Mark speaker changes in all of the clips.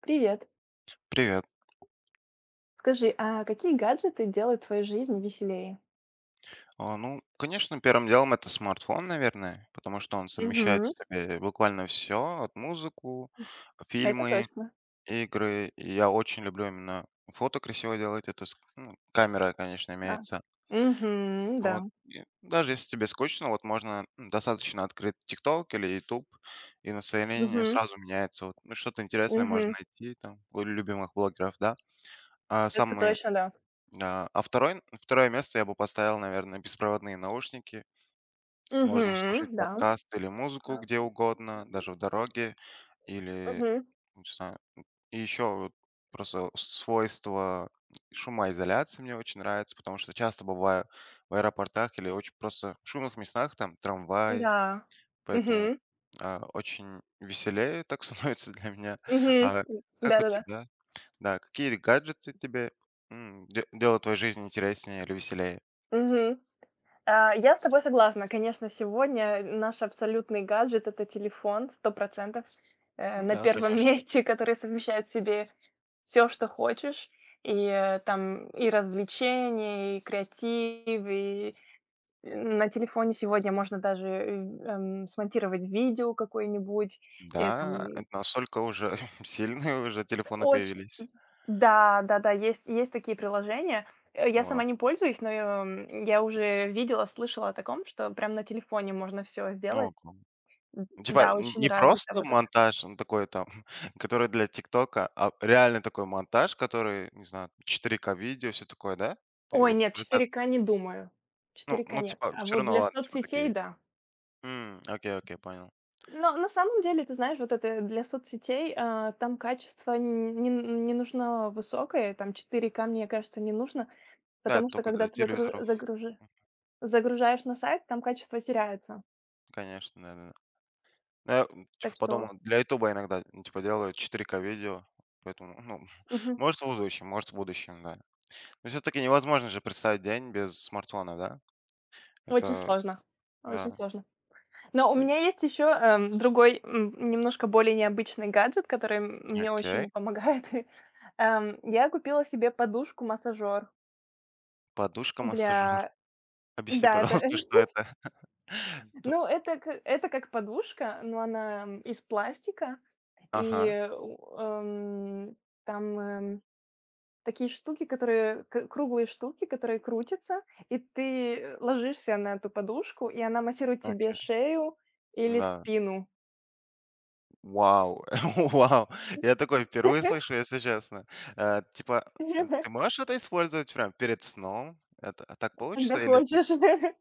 Speaker 1: Привет.
Speaker 2: Привет.
Speaker 1: Скажи, а какие гаджеты делают твою жизнь веселее?
Speaker 2: Ну, конечно, первым делом это смартфон, наверное, потому что он совмещает в
Speaker 1: Мгм.
Speaker 2: себе буквально все, от музыку,
Speaker 1: Это
Speaker 2: фильмы,
Speaker 1: точно.
Speaker 2: игры. И я очень люблю именно фото красиво делать. Это ну, камера, конечно,
Speaker 1: А.
Speaker 2: имеется.
Speaker 1: Мгм, да.
Speaker 2: Вот. И даже если тебе скучно, вот можно достаточно открыть TikTok или YouTube, и настроение
Speaker 1: Мгм.
Speaker 2: сразу меняется. Вот, ну, что-то интересное можно
Speaker 1: Мгм.
Speaker 2: найти там у любимых блогеров, да. А
Speaker 1: Это
Speaker 2: самый,
Speaker 1: точно, да.
Speaker 2: а второй, второе место я бы поставил, наверное, беспроводные наушники. Можно
Speaker 1: Мгм.
Speaker 2: слушать
Speaker 1: Да.
Speaker 2: подкаст или
Speaker 1: Да.
Speaker 2: музыку где угодно, даже в дороге или,
Speaker 1: Мгм.
Speaker 2: не знаю. И еще вот просто свойство шумоизоляции мне очень нравится, потому что часто бываю в аэропортах или очень просто в шумных местах, там трамвай,
Speaker 1: Да.
Speaker 2: поэтому
Speaker 1: Мгм.
Speaker 2: очень веселее так становится для меня.
Speaker 1: Мгм.
Speaker 2: А
Speaker 1: Да,
Speaker 2: как у
Speaker 1: Да-да-да.
Speaker 2: тебя? Да, какие гаджеты тебе делают твою жизнь интереснее или веселее?
Speaker 1: Мгм. Я с тобой согласна. Конечно, сегодня наш абсолютный гаджет — это телефон, 100% на
Speaker 2: Да,
Speaker 1: первом месте, который совмещает в себе все, что хочешь. И там и развлечения, и креатив, и на телефоне сегодня можно даже смонтировать видео какое-нибудь,
Speaker 2: да,
Speaker 1: там
Speaker 2: это настолько уже сильные уже телефоны
Speaker 1: очень.
Speaker 2: появились.
Speaker 1: Да, да-да, есть такие приложения. Я сама
Speaker 2: Вау.
Speaker 1: не пользуюсь, но я уже видела, слышала о таком, что прям на телефоне можно все
Speaker 2: Ну,
Speaker 1: сделать.
Speaker 2: ок. Ну,
Speaker 1: Д
Speaker 2: типа,
Speaker 1: да,
Speaker 2: н
Speaker 1: очень
Speaker 2: не
Speaker 1: развито
Speaker 2: просто
Speaker 1: вот это.
Speaker 2: монтаж, ну, такой там, который для "Тиктока", а реально такой монтаж, который, не знаю, 4К видео, все такое, да? Ты
Speaker 1: Ой,
Speaker 2: вот
Speaker 1: нет,
Speaker 2: это,
Speaker 1: четыре к не думаю.
Speaker 2: ну
Speaker 1: Четыре к
Speaker 2: ну,
Speaker 1: нет.
Speaker 2: типа,
Speaker 1: А
Speaker 2: всё
Speaker 1: вот
Speaker 2: равно,
Speaker 1: для
Speaker 2: ладно, типа,
Speaker 1: соцсетей —
Speaker 2: такие.
Speaker 1: да.
Speaker 2: Окей, окей, понял.
Speaker 1: Но на самом деле, ты знаешь, вот это для соцсетей, там качество н не не нужно высокое, там четыре к, мне кажется, не нужно,
Speaker 2: Да, это
Speaker 1: потому что
Speaker 2: только
Speaker 1: когда
Speaker 2: для
Speaker 1: ты
Speaker 2: телевизоров,
Speaker 1: загружи загружаешь на сайт, там качество теряется.
Speaker 2: конечно, да-да-да. Ну, я, типа,
Speaker 1: Так что
Speaker 2: подумал, для "Ютуба" иногда, ну, типа, делают 4К видео, поэтому, ну,
Speaker 1: мгм.
Speaker 2: может, в будущем, да. Ну, всё-таки невозможно же представить день без смартфона, да?
Speaker 1: Очень
Speaker 2: Это
Speaker 1: сложно, очень
Speaker 2: да.
Speaker 1: сложно. Но у
Speaker 2: М,
Speaker 1: меня есть еще, другой, немножко более необычный гаджет, который мне
Speaker 2: окей.
Speaker 1: очень помогает. Я купила себе подушку-массажер
Speaker 2: подушка массажер.
Speaker 1: для.
Speaker 2: Объясни,
Speaker 1: Да, это.
Speaker 2: пожалуйста, что это? Туп.
Speaker 1: Ну, это к это как подушка, но она, из пластика, и,
Speaker 2: Ага,
Speaker 1: у, эм, там, эм такие штуки, которые к круглые штуки, которые крутятся, и ты, ложишься на эту подушку, и она массирует тебе
Speaker 2: окей,
Speaker 1: шею или
Speaker 2: да.
Speaker 1: спину,
Speaker 2: Вау, вау! Я такой впервые слышу, если честно. Типа, ты можешь это использовать прям перед сном? Это а так
Speaker 1: когда
Speaker 2: получится или типа?
Speaker 1: хочешь.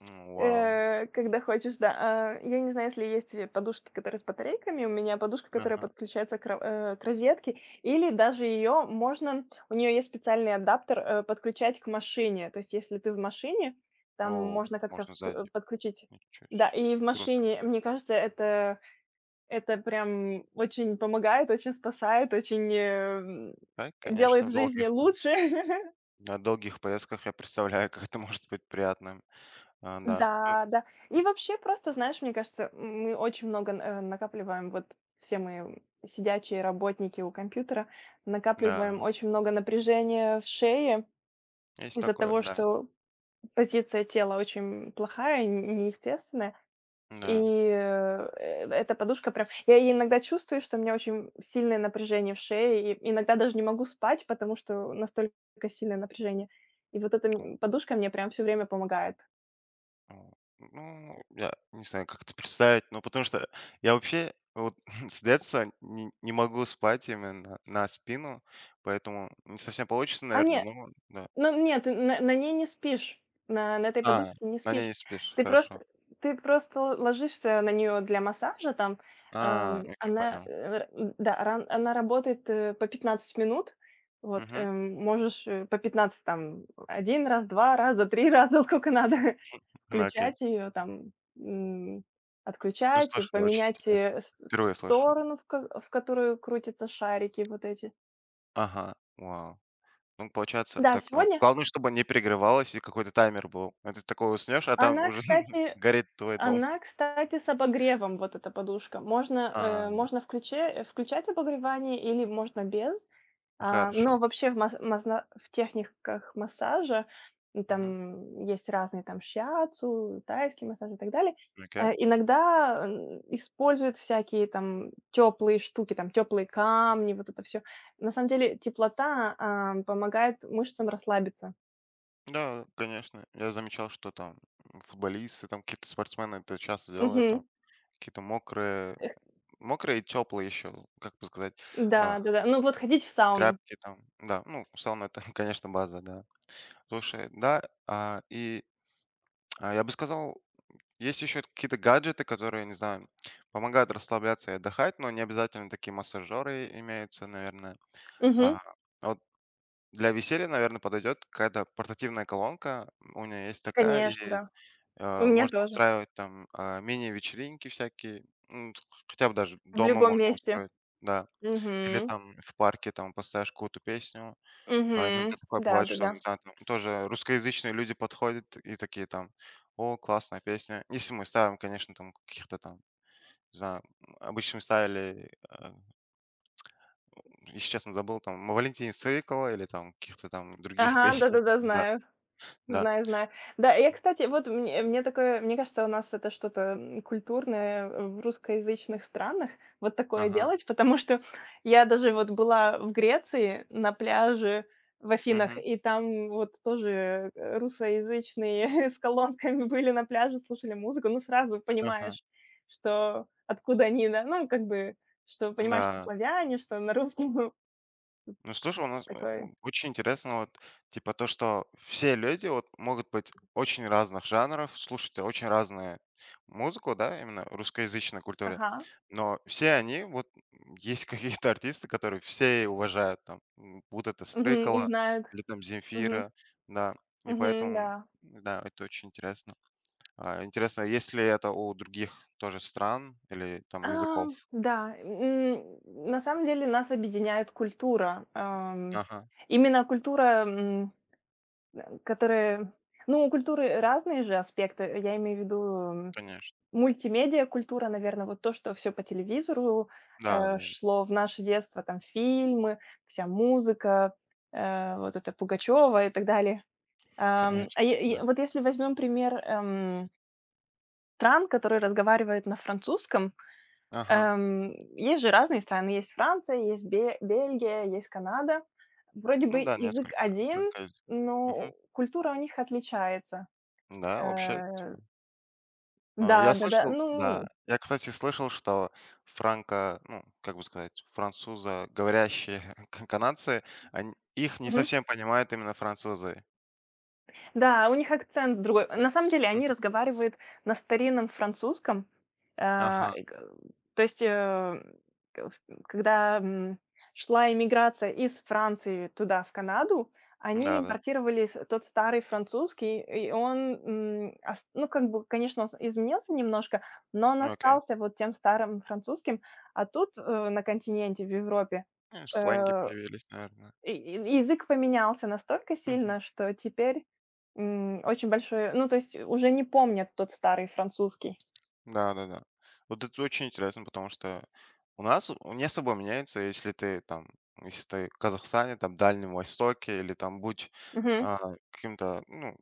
Speaker 2: Вау.
Speaker 1: Когда хочешь, да. Я не знаю, если есть, подушки, которые с батарейками. У меня подушка, которая
Speaker 2: Ага.
Speaker 1: подключается к к розетке, или даже ее можно. У нее есть специальный адаптер, подключать к машине. То есть если ты в машине, там
Speaker 2: О,
Speaker 1: можно как-то
Speaker 2: можно сзади.
Speaker 1: подключить.
Speaker 2: Ничего
Speaker 1: Да,
Speaker 2: себе.
Speaker 1: и в
Speaker 2: Круто.
Speaker 1: машине, мне кажется, это прям очень помогает, очень спасает, очень
Speaker 2: Да, конечно,
Speaker 1: делает
Speaker 2: в
Speaker 1: жизнь
Speaker 2: долгих,
Speaker 1: лучше.
Speaker 2: на долгих поездках я представляю, как это может быть приятно. А, да.
Speaker 1: Да, да. И вообще просто, знаешь, мне кажется, мы очень много накапливаем, вот все мы, сидячие работники у компьютера,
Speaker 2: Ну да,
Speaker 1: накапливаем очень много напряжения в шее
Speaker 2: есть
Speaker 1: из-за
Speaker 2: такое,
Speaker 1: того,
Speaker 2: да.
Speaker 1: что позиция тела очень плохая, неестественная. И
Speaker 2: Да.
Speaker 1: э, э, эта подушка прям. Я иногда чувствую, что у меня очень сильное напряжение в шее, и иногда даже не могу спать, потому что настолько сильное напряжение. И вот эта,
Speaker 2: О,
Speaker 1: подушка мне прям все время помогает.
Speaker 2: о. Ну, я не знаю, как это представить, но потому что я вообще вот с детства не могу спать именно на спину, поэтому не совсем получится,
Speaker 1: А
Speaker 2: наверное,
Speaker 1: не,
Speaker 2: но да.
Speaker 1: Ну нет, ты на ней не спишь, на этой
Speaker 2: А,
Speaker 1: подушке не
Speaker 2: на ней
Speaker 1: спишь.
Speaker 2: не спишь,
Speaker 1: Ты
Speaker 2: хорошо.
Speaker 1: просто ты просто ложишься на нее для массажа там.
Speaker 2: А, окей,
Speaker 1: Она,
Speaker 2: понял.
Speaker 1: да, ран она работает, по 15 минут. Вот,
Speaker 2: Мгм.
Speaker 1: можешь, по 15 там один раз, 2 раза, 3 раза, вот сколько надо,
Speaker 2: Ну, окей.
Speaker 1: включать ее,
Speaker 2: Ну,
Speaker 1: отключать и
Speaker 2: слушай, очень
Speaker 1: поменять,
Speaker 2: интересно.
Speaker 1: э, с
Speaker 2: Впервые слышу.
Speaker 1: сторону, в ко в которую крутятся шарики вот эти.
Speaker 2: Ага, вау. Ну, получается,
Speaker 1: Да,
Speaker 2: так,
Speaker 1: сегодня.
Speaker 2: главное, чтобы не перегревалось и какой-то таймер был. А ты такой уснешь, а там
Speaker 1: Она,
Speaker 2: уже
Speaker 1: кстати
Speaker 2: горит твой дом.
Speaker 1: она, кстати, с обогревом, вот эта подушка. Можно,
Speaker 2: А,
Speaker 1: можно включе включать обогревание или можно без.
Speaker 2: хорошо.
Speaker 1: Но вообще в мас мазна в техниках массажа, ну,
Speaker 2: Мгм.
Speaker 1: там есть разные, там шиацу, тайский массаж и так далее.
Speaker 2: Окей.
Speaker 1: Иногда, используют всякие там теплые штуки, там теплые камни, вот это все. На самом деле теплота, помогает мышцам расслабиться.
Speaker 2: Да, конечно. Я замечал, что там футболисты, там какие-то спортсмены это часто делают, там
Speaker 1: Мгм.
Speaker 2: какие-то мокрые, мокрые и теплые еще, как бы сказать, а,
Speaker 1: Да, да-да. Ну, вот ходить в сауну.
Speaker 2: тряпки там. Да, ну, сауна это, конечно, база, да. Слушай, да, я бы сказал, есть еще какие-то гаджеты, которые, не знаю, помогают расслабляться и отдыхать, но не обязательно такие массажеры имеются, наверное.
Speaker 1: Мгм.
Speaker 2: А, Для веселья, наверное, подойдет какая-то портативная колонка. У меня есть такая, и,
Speaker 1: Конечно, да. У меня
Speaker 2: можно
Speaker 1: тоже.
Speaker 2: устраивать там, мини-вечеринки всякие. Ну, т хотя бы даже
Speaker 1: В
Speaker 2: дома
Speaker 1: любом
Speaker 2: можно
Speaker 1: месте.
Speaker 2: устроить, да. Или
Speaker 1: Мгм.
Speaker 2: там в парке там поставишь какую-то песню. А
Speaker 1: Мгм.
Speaker 2: иногда такое бывает, что,
Speaker 1: Да-да-да.
Speaker 2: не знаю, там тоже русскоязычные люди подходят и такие там: "О, классная песня". Если мы ставим, конечно, там каких-то там, не знаю, обычно мы ставили, э, если честно, забыл, там Валентин Стрыкало или там каких-то там других
Speaker 1: Ага,
Speaker 2: песен.
Speaker 1: да-да-да,
Speaker 2: Да,
Speaker 1: знаю.
Speaker 2: да.
Speaker 1: Знаю, знаю. Да, я, кстати, вот мне такое, мне кажется, у нас это что-то, культурное в русскоязычных странах, вот такое
Speaker 2: Ага,
Speaker 1: делать, потому что я даже вот была в Греции на пляже в Афинах,
Speaker 2: мгм,
Speaker 1: и там вот тоже русскоязычные с колонками были на пляже, слушали музыку, ну сразу
Speaker 2: ага,
Speaker 1: понимаешь, что откуда они, да, ну как бы, что понимаешь, что
Speaker 2: да.
Speaker 1: славяне, что на русском.
Speaker 2: Ну, слушай, у нас, э, о
Speaker 1: Такой,
Speaker 2: очень интересно вот, типа, то, что все люди вот могут быть очень разных жанров, слушать очень разную музыку, да, именно в русскоязычной культуре.
Speaker 1: ага,
Speaker 2: Но все они вот, есть какие-то артисты, которые все уважают, там, будь это
Speaker 1: мгм, и
Speaker 2: Стрыкало
Speaker 1: знают,
Speaker 2: или там
Speaker 1: угу,
Speaker 2: Земфира, да. И
Speaker 1: угу,
Speaker 2: поэтому,
Speaker 1: да.
Speaker 2: да, это очень интересно. А, интересно, есть ли это у других тоже стран или там
Speaker 1: А,
Speaker 2: языков?
Speaker 1: да, на самом деле нас объединяет культура.
Speaker 2: Ага,
Speaker 1: Именно культура, которая. Ну, у культуры разные же аспекты. Я имею в виду, м,
Speaker 2: конечно.
Speaker 1: мультимедиа культура, наверное, вот то, что все по телевизору
Speaker 2: Да, да,
Speaker 1: шло в наше детство, там фильмы, вся музыка, вот это Пугачева и так далее. А
Speaker 2: конечно, да.
Speaker 1: вот если возьмем пример, стран, которые разговаривают на французском.
Speaker 2: Ага.
Speaker 1: Есть же разные страны. Есть Франция, есть Бе Бельгия, есть Канада. Вроде бы
Speaker 2: Ну да,
Speaker 1: язык
Speaker 2: несколько
Speaker 1: один,
Speaker 2: франшиз.
Speaker 1: но
Speaker 2: Мгм.
Speaker 1: культура у них отличается.
Speaker 2: Да, вообще,
Speaker 1: Э,
Speaker 2: я
Speaker 1: Да-да-да,
Speaker 2: слышал, да.
Speaker 1: ну,
Speaker 2: Я, кстати, слышал, что франко ну, как бы сказать, французоговорящие говорящие канадцы, они их не
Speaker 1: мгм.
Speaker 2: совсем понимают именно французы.
Speaker 1: Да, у них акцент другой. На самом деле они
Speaker 2: Мгм.
Speaker 1: разговаривают на старинном французском. А,
Speaker 2: Ага.
Speaker 1: и г То есть, э, к в когда, шла иммиграция из Франции туда, в Канаду, они
Speaker 2: Да-да.
Speaker 1: импортировали с тот старый французский, и он, м, ос ну, как бы, конечно, он с изменился немножко, но он
Speaker 2: Ну, окей.
Speaker 1: остался вот тем старым французским. А тут, на континенте, в Европе,
Speaker 2: Ну, сленги
Speaker 1: э,
Speaker 2: появились, наверное.
Speaker 1: и язык поменялся настолько сильно, что теперь, очень большое, ну, то есть уже не помнят тот старый французский.
Speaker 2: Да-да-да. Вот это очень интересно, потому что у нас у не особо меняется, если ты там, если ты в Казахстане, там, Дальнем Востоке или там будь
Speaker 1: Мгм.
Speaker 2: а, каким-то, ну,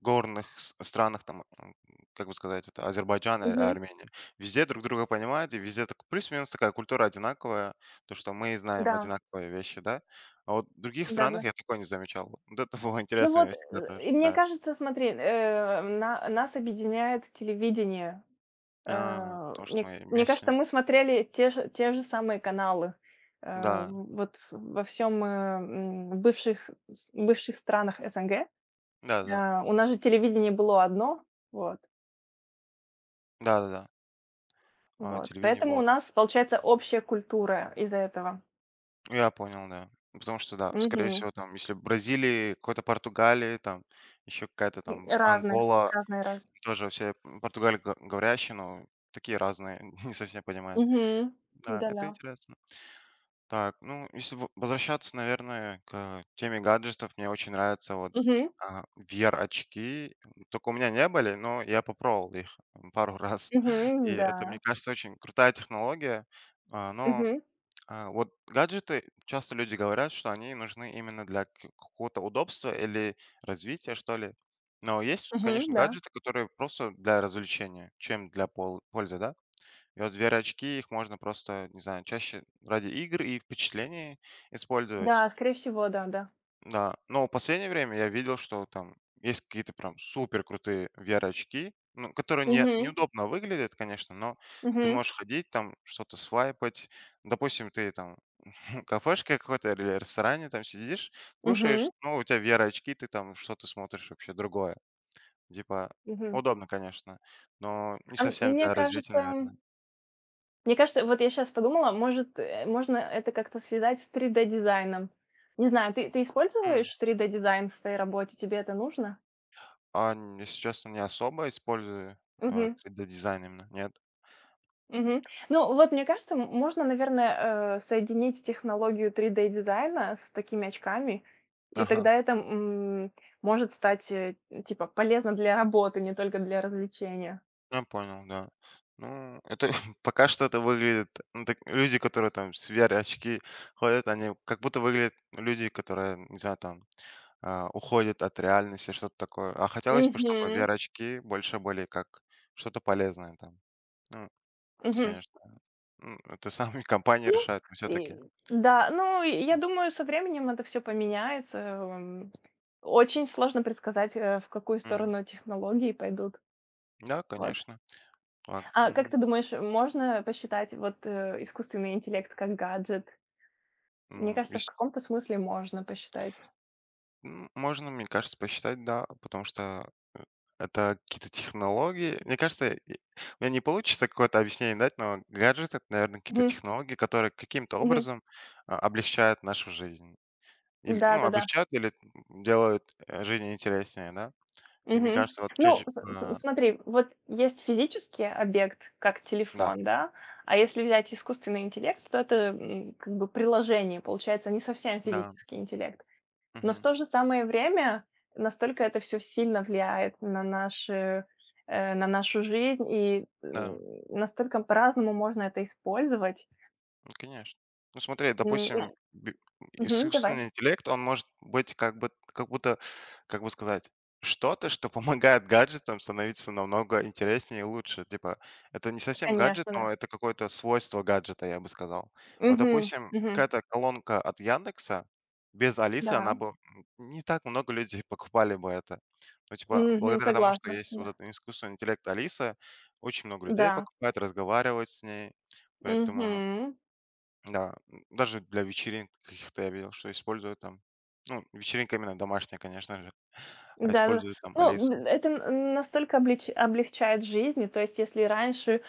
Speaker 2: горных с странах, там, как бы сказать, это Азербайджан, а
Speaker 1: Мгм.
Speaker 2: Армения. Везде друг друга понимают, и везде так плюс-минус такая культура одинаковая, то, что мы знаем
Speaker 1: Да.
Speaker 2: одинаковые вещи, да. А вот в других
Speaker 1: Да-да.
Speaker 2: странах я такое не замечал. Вот вот это было
Speaker 1: Ну
Speaker 2: интересно
Speaker 1: вот,
Speaker 2: мне всегда тоже,
Speaker 1: и мне
Speaker 2: да.
Speaker 1: кажется, смотри, на нас объединяет телевидение.
Speaker 2: А, потому что
Speaker 1: Мне
Speaker 2: мы
Speaker 1: мне кажется,
Speaker 2: вместе.
Speaker 1: мы смотрели те же самые каналы,
Speaker 2: Да,
Speaker 1: во всем, бывших с бывших странах СНГ.
Speaker 2: да-да-да.
Speaker 1: У нас же телевидение было одно, вот.
Speaker 2: Да-да-да. А,
Speaker 1: Вот,
Speaker 2: телевидение
Speaker 1: поэтому у
Speaker 2: было.
Speaker 1: нас получается общая культура из-за этого.
Speaker 2: Ну, я понял, да. Потому что, да, скорее
Speaker 1: Мгм.
Speaker 2: всего, там, если в Бразилии, какой-то Португалии, там, еще какая-то
Speaker 1: М,
Speaker 2: там
Speaker 1: разная,
Speaker 2: Ангола,
Speaker 1: разная, раз.
Speaker 2: тоже все португаль говорящие, но такие разные, не совсем понимают.
Speaker 1: Мгм.
Speaker 2: Да,
Speaker 1: Да-да.
Speaker 2: это интересно. Так, ну, если возвращаться, наверное, к теме гаджетов, мне очень нравятся вот
Speaker 1: Мгм.
Speaker 2: VR-очки. Только у меня не были, но я попробовал их пару раз. И
Speaker 1: Мгм.
Speaker 2: это,
Speaker 1: Да.
Speaker 2: мне кажется, очень крутая технология. А, Но
Speaker 1: Мгм.
Speaker 2: Вот гаджеты, часто люди говорят, что они нужны именно для какого-то удобства или развития, что ли. Но есть,
Speaker 1: Мгм.
Speaker 2: конечно,
Speaker 1: Да.
Speaker 2: гаджеты, которые просто для развлечения, чем для пользы, да? И вот VR-очки, их можно просто, не знаю, чаще ради игр и впечатлений использовать.
Speaker 1: Да, скорее всего, да, да.
Speaker 2: Да, но в последнее время я видел, что там есть какие-то прям супер крутые VR-очки, ну, которые не,
Speaker 1: Мгм.
Speaker 2: неудобно выглядят, конечно, но ты
Speaker 1: Мгм.
Speaker 2: можешь ходить там, что-то свайпать. Допустим, ты там ну, кафешке какой-то или ресторане там сидишь,
Speaker 1: Мгм.
Speaker 2: кушаешь, ну, у тебя VR-очки, ты там что-то смотришь вообще другое. Типа,
Speaker 1: Мгм.
Speaker 2: удобно, конечно, но не
Speaker 1: А м-
Speaker 2: совсем
Speaker 1: мне
Speaker 2: для развития,
Speaker 1: кажется
Speaker 2: наверное.
Speaker 1: мне кажется, вот я сейчас подумала, может, можно это как-то связать с 3D-дизайном. Не знаю, ты
Speaker 2: М.
Speaker 1: используешь 3D-дизайн в своей работе? Тебе это нужно?
Speaker 2: А, н если честно, не особо использую,
Speaker 1: Мгм.
Speaker 2: 3D-дизайн именно, нет.
Speaker 1: Мгм. Ну, вот мне кажется, можно, наверное, соединить технологию 3D-дизайна с такими очками, и
Speaker 2: Ага,
Speaker 1: тогда это, может стать, типа, полезно для работы, не только для развлечения.
Speaker 2: я понял, да. Ну, это пока что это выглядит, ну, так люди, которые там с VR-очки ходят, они как будто выглядят люди, которые, не знаю, там уходит от реальности, что-то такое. А хотелось бы, чтобы
Speaker 1: Мгм.
Speaker 2: VR-очки больше были как что-то полезное там. Ну,
Speaker 1: Мгм.
Speaker 2: конечно, это сами компании
Speaker 1: Ну,
Speaker 2: решают, но
Speaker 1: и
Speaker 2: все-таки.
Speaker 1: да, ну, и я думаю, со временем это все поменяется. Очень сложно предсказать, в какую сторону технологии пойдут.
Speaker 2: Да,
Speaker 1: Вот.
Speaker 2: конечно. Так,
Speaker 1: А как ты думаешь, можно посчитать вот, искусственный интеллект как гаджет? Мне
Speaker 2: м,
Speaker 1: кажется, в
Speaker 2: ес-
Speaker 1: каком-то смысле можно посчитать.
Speaker 2: можно, мне кажется, посчитать, да, потому что это какие-то технологии. Мне кажется, у меня не получится какое-то объяснение дать, но гаджеты это, наверное, какие-то
Speaker 1: Мгм.
Speaker 2: технологии, которые каким-то
Speaker 1: Мгм.
Speaker 2: образом облегчают нашу жизнь. Или, ну,
Speaker 1: Да-да-да.
Speaker 2: облегчают или делают, жизнь интереснее, да? И мне
Speaker 1: Мгм.
Speaker 2: кажется, вот
Speaker 1: Ну,
Speaker 2: чаще
Speaker 1: с
Speaker 2: а,
Speaker 1: смотри, вот есть физический объект, как
Speaker 2: да,
Speaker 1: телефон, да, а если взять искусственный интеллект, то это, как бы приложение, получается, не совсем
Speaker 2: да,
Speaker 1: физический интеллект. Но в
Speaker 2: мгм,
Speaker 1: то же самое время настолько это все сильно влияет на наши, на нашу жизнь, и
Speaker 2: да.
Speaker 1: настолько по-разному можно это использовать.
Speaker 2: Ну, конечно. Ну, смотри,
Speaker 1: Ну,
Speaker 2: допустим,
Speaker 1: мгм, давай.
Speaker 2: искусственный интеллект, он может быть как бы, как будто, как бы сказать, что-то, что помогает гаджетам становиться намного интереснее и лучше. Типа, это не совсем гаджет,
Speaker 1: Конечно, да.
Speaker 2: но это какое-то свойство гаджета, я бы сказал. Вот,
Speaker 1: Мгм.
Speaker 2: допустим,
Speaker 1: Мгм.
Speaker 2: какая-то колонка от Яндекса, без Алисы
Speaker 1: Да,
Speaker 2: она бы... Не так много людей покупали бы это. Но, типа,
Speaker 1: мгм,
Speaker 2: благодаря тому, что
Speaker 1: согласна,
Speaker 2: есть вот
Speaker 1: да,
Speaker 2: этот искусственный интеллект Алиса, очень много людей
Speaker 1: да,
Speaker 2: покупает, разговаривает с ней. Поэтому
Speaker 1: мгм,
Speaker 2: да, даже для вечеринок каких-то я видел, что используют там. Ну, вечеринка именно домашняя, конечно же. А
Speaker 1: да-да.
Speaker 2: используют там
Speaker 1: Ну,
Speaker 2: Алису.
Speaker 1: это н настолько облеч облегчает жизнь. То есть, если раньше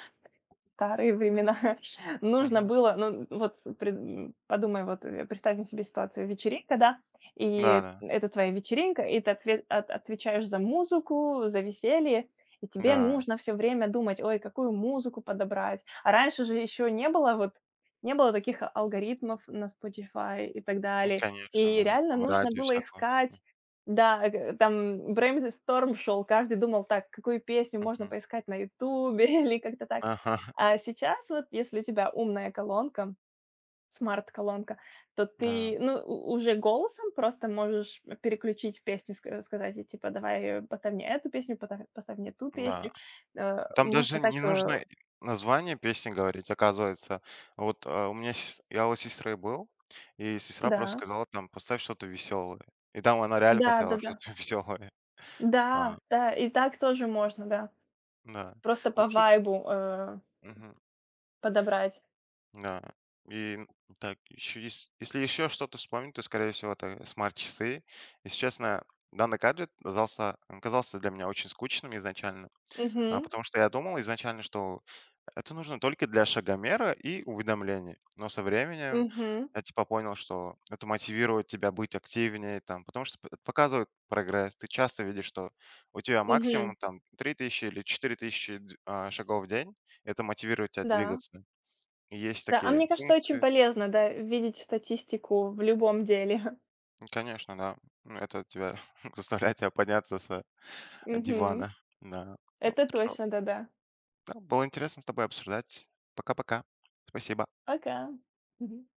Speaker 1: старые времена нужно
Speaker 2: Мгм.
Speaker 1: было, ну, подумай, вот, представим себе ситуацию: вечеринка, да, и
Speaker 2: Да-да,
Speaker 1: это твоя вечеринка, и ты отвечаешь за музыку, за веселье, и
Speaker 2: да,
Speaker 1: тебе
Speaker 2: да.
Speaker 1: нужно все время думать: "Ой, какую музыку подобрать?" А раньше же еще не было вот, не было таких алгоритмов на Spotify и так
Speaker 2: Ну,
Speaker 1: далее.
Speaker 2: конечно,
Speaker 1: И
Speaker 2: да.
Speaker 1: реально
Speaker 2: Там
Speaker 1: нужно
Speaker 2: радио
Speaker 1: было
Speaker 2: всякого.
Speaker 1: искать, да, там брейнсторм шел, каждый думал: "Так, какую песню можно
Speaker 2: Мгм.
Speaker 1: поискать на "Ютубе" или как-то так".
Speaker 2: Ага,
Speaker 1: А сейчас вот, если у тебя умная колонка, смарт-колонка, то
Speaker 2: да,
Speaker 1: ты, ну, уже голосом просто можешь переключить песни, сказать, и типа, давай, поставь мне эту песню, поставь мне ту
Speaker 2: да.
Speaker 1: песню. Э,
Speaker 2: Там даже
Speaker 1: Можно так,
Speaker 2: не нужно
Speaker 1: э,
Speaker 2: и название песни говорить, оказывается. Вот, а, у меня сес я у сестры был, и сестра просто
Speaker 1: Да,
Speaker 2: сказала там: "Поставь что-то веселое". И там она реально
Speaker 1: да, да,
Speaker 2: поставила
Speaker 1: да,
Speaker 2: что-то веселое.
Speaker 1: да,
Speaker 2: А,
Speaker 1: да, и так тоже можно, да.
Speaker 2: да.
Speaker 1: Просто
Speaker 2: Ну,
Speaker 1: по
Speaker 2: суп
Speaker 1: вайбу
Speaker 2: мгм.
Speaker 1: подобрать.
Speaker 2: Да. И н так, еще есть, если еще что-то вспомнить, то, скорее всего, это смарт-часы. Если честно, данный гаджет казался, он казался для меня очень скучным изначально,
Speaker 1: Угу,
Speaker 2: потому что я думал изначально, что это нужно только для шагомера и уведомлений. Но со временем
Speaker 1: угу,
Speaker 2: я, типа, понял, что это мотивирует тебя быть активнее, там, потому что п это показывает прогресс. Ты часто видишь, что у тебя
Speaker 1: угу,
Speaker 2: максимум, там, 3000 или 4000 шагов в день. Это мотивирует тебя
Speaker 1: да,
Speaker 2: двигаться. И есть
Speaker 1: да. А
Speaker 2: такие
Speaker 1: мне кажется, очень
Speaker 2: функции.
Speaker 1: полезно, да, видеть статистику в любом деле.
Speaker 2: Ну, конечно, да. Ну, это тебя заставляет тебя подняться с
Speaker 1: Угу.
Speaker 2: дивана. Да. Ну,
Speaker 1: Это
Speaker 2: хорошо.
Speaker 1: точно, да-да.
Speaker 2: Да, было интересно с тобой обсуждать. Пока-пока. Спасибо.
Speaker 1: Пока. Мгм.